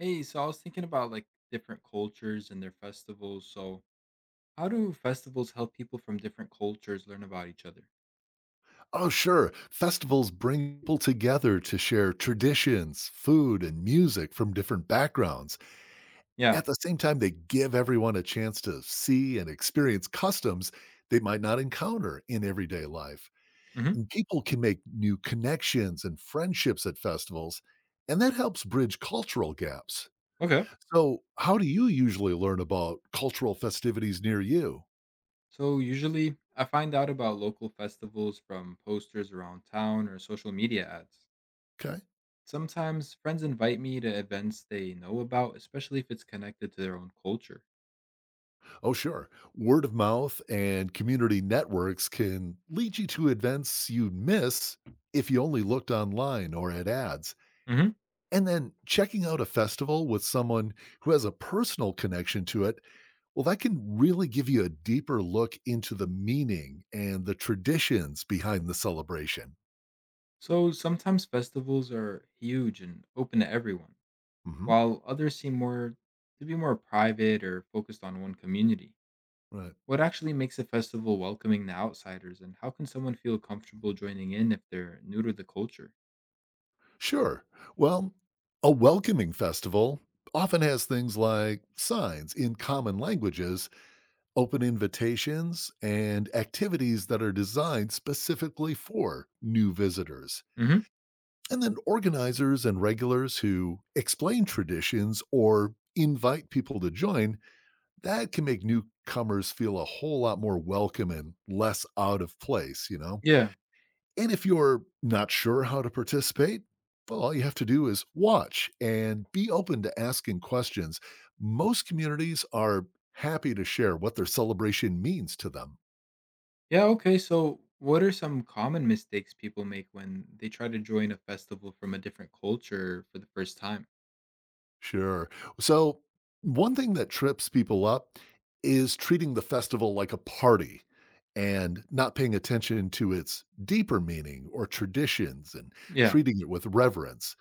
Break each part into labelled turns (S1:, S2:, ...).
S1: Hey, so I was thinking about different cultures and their festivals. So, how do festivals help people from different cultures learn about each other?
S2: Oh, sure. Festivals bring people together to share traditions, food, and music from different backgrounds.
S1: Yeah.
S2: At the same time, they give everyone a chance to see and experience customs they might not encounter in everyday life.
S1: Hmm.
S2: And people can make new connections and friendships at festivals, and that helps bridge cultural gaps.
S1: Okay.
S2: So, how do you usually learn about cultural festivities near you?
S1: So, usually I find out about local festivals from posters around town or social media ads.
S2: Okay.
S1: Sometimes friends invite me to events they know about, especially if it's connected to their own culture.
S2: Oh, sure. Word of mouth and community networks can lead you to events you'd miss if you only looked online or at ads.
S1: Hmm.
S2: And then checking out a festival with someone who has a personal connection to it, well, that can really give you a deeper look into the meaning and the traditions behind the celebration.
S1: So, sometimes festivals are huge and open to everyone,
S2: hmm
S1: while others seem more to be more private or focused on one community.
S2: Right.
S1: What actually makes a festival welcoming to outsiders, and how can someone feel comfortable joining in if they're new to the culture?
S2: Sure. Well, a welcoming festival often has things like signs in common languages, open invitations, and activities that are designed specifically for new visitors.
S1: Hmm.
S2: And then organizers and regulars who explain traditions or invite people to join, that can make newcomers feel a whole lot more welcome and less out of place.
S1: Yeah.
S2: And if you're not sure how to participate, well, all you have to do is watch and be open to asking questions. Most communities are happy to share what their celebration means to them.
S1: Yeah. Okay. So, what are some common mistakes people make when they try to join a festival from a different culture for the first time?
S2: Sure. So, one thing that trips people up is treating the festival like a party and not paying attention to its deeper meaning or traditions and
S1: Yeah.
S2: treating it with reverence.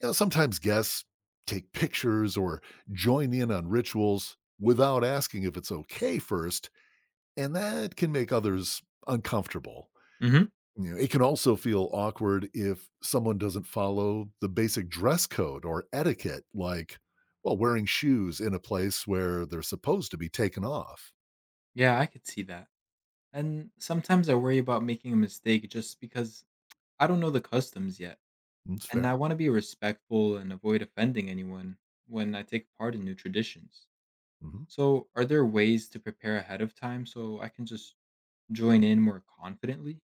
S2: You know, sometimes guests take pictures or join in on rituals without asking if it's okay first, and that can make others uncomfortable.
S1: Hmm.
S2: You know, it can also feel awkward if someone doesn't follow the basic dress code or etiquette, like, well, wearing shoes in a place where they're supposed to be taken off.
S1: Yeah, I could see that. And sometimes I worry about making a mistake just because I don't know the customs yet.
S2: That's
S1: And I
S2: fair.
S1: want to be respectful and avoid offending anyone when I take part in new traditions.
S2: hmm
S1: So, are there ways to prepare ahead of time so I can just join in more confidently?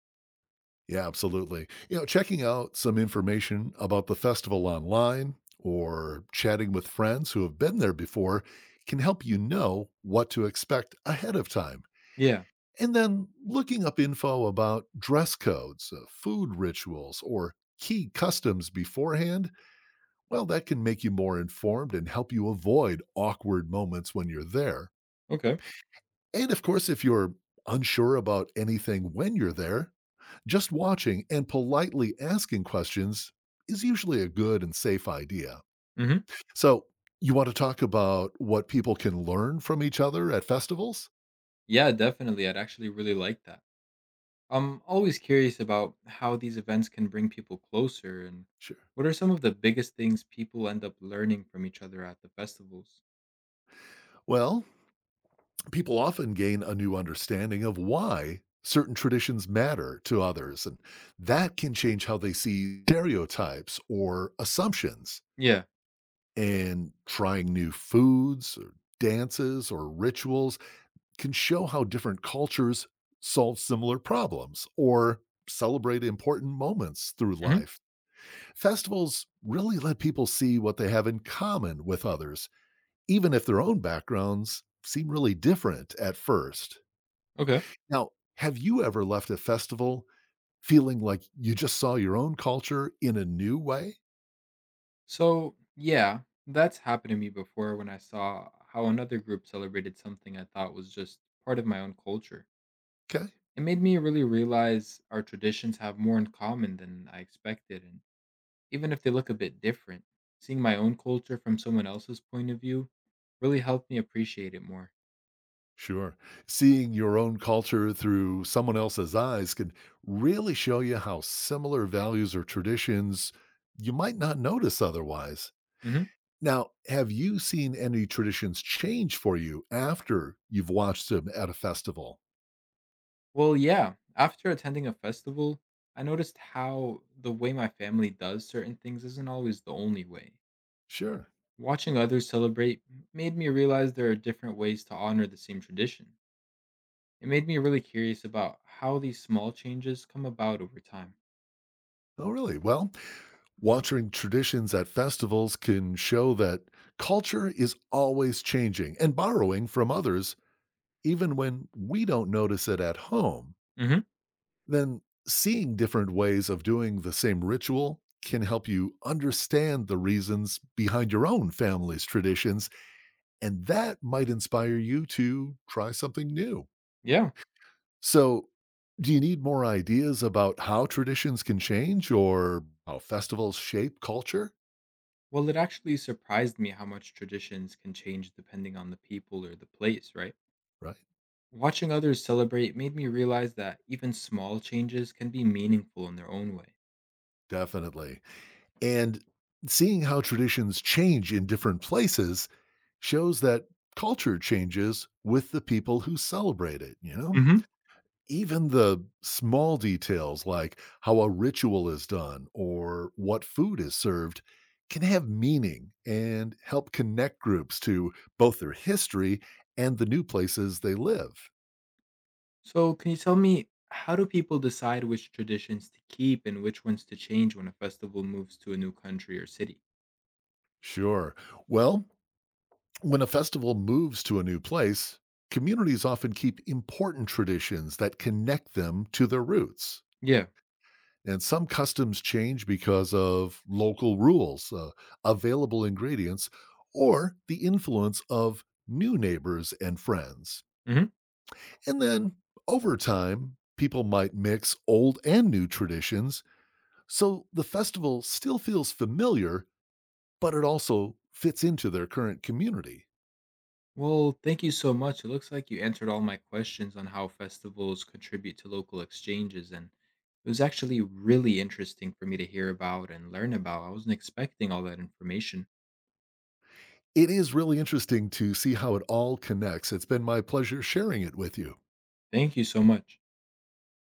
S2: Yeah, absolutely. You know, checking out some information about the festival online or chatting with friends who have been there before can help you know what to expect ahead of time.
S1: Yeah.
S2: And then looking up info about dress codes, food rituals, or key customs beforehand. Well, that can make you more informed and help you avoid awkward moments when you're there.
S1: Okay.
S2: And of course, if you're unsure about anything when you're there, just watching and politely asking questions is usually a good and safe idea.
S1: Hmm.
S2: So, you want to talk about what people can learn from each other at festivals?
S1: Yeah, definitely. I'd actually really like that. I'm always curious about how these events can bring people closer, and
S2: Sure.
S1: what are some of the biggest things people end up learning from each other at the festivals?
S2: Well, people often gain a new understanding of why certain traditions matter to others, and that can change how they see stereotypes or assumptions.
S1: Yeah.
S2: And trying new foods, or dances, or rituals can show how different cultures solve similar problems or celebrate important moments through
S1: Hmm.
S2: life. Festivals really let people see what they have in common with others, even if their own backgrounds seem really different at first.
S1: Okay.
S2: Now, have you ever left a festival feeling like you just saw your own culture in a new way?
S1: So, yeah, that's happened to me before when I saw how another group celebrated something I thought was just part of my own culture.
S2: Okay.
S1: It made me really realize our traditions have more in common than I expected, and even if they look a bit different, seeing my own culture from someone else's point of view really helped me appreciate it more.
S2: Sure. Seeing your own culture through someone else's eyes can really show you how similar values or traditions you might not notice otherwise.
S1: Hmm.
S2: Now, have you seen any traditions change for you after you've watched them at a festival?
S1: Well, yeah, after attending a festival, I noticed how the way my family does certain things isn't always the only way.
S2: Sure.
S1: Watching others celebrate made me realize there are different ways to honor the same tradition. It made me really curious about how these small changes come about over time.
S2: Oh, really? Well, watching traditions at festivals can show that culture is always changing and borrowing from others, even when we don't notice it at home.
S1: Hmm.
S2: Then seeing different ways of doing the same ritual can help you understand the reasons behind your own family's traditions, and that might inspire you to try something new.
S1: Yeah.
S2: So, do you need more ideas about how traditions can change or how festivals shape culture?
S1: Well, it actually surprised me how much traditions can change depending on the people or the place, right?
S2: Right,
S1: Watching others celebrate made me realize that even small changes can be meaningful in their own way.
S2: definitely. And seeing how traditions change in different places shows that culture changes with the people who celebrate it.
S1: Hmm.
S2: Even the small details like how a ritual is done or what food is served can have meaning and help connect groups to both their history and the new places they live.
S1: So, can you tell me, how do people decide which traditions to keep and which ones to change when a festival moves to a new country or city?
S2: Sure. Well, when a festival moves to a new place, communities often keep important traditions that connect them to their roots.
S1: Yeah.
S2: And some customs change because of local rules, available ingredients, or the influence of new neighbors and friends.
S1: Hmm.
S2: And then over time, people might mix old and new traditions, so the festival still feels familiar, but it also fits into their current community.
S1: Well, thank you so much. It looks like you answered all my questions on how festivals contribute to local exchanges, and it was actually really interesting for me to hear about and learn about. I wasn't expecting all that information.
S2: It is really interesting to see how it all connects. It's been my pleasure sharing it with you.
S1: Thank you so much.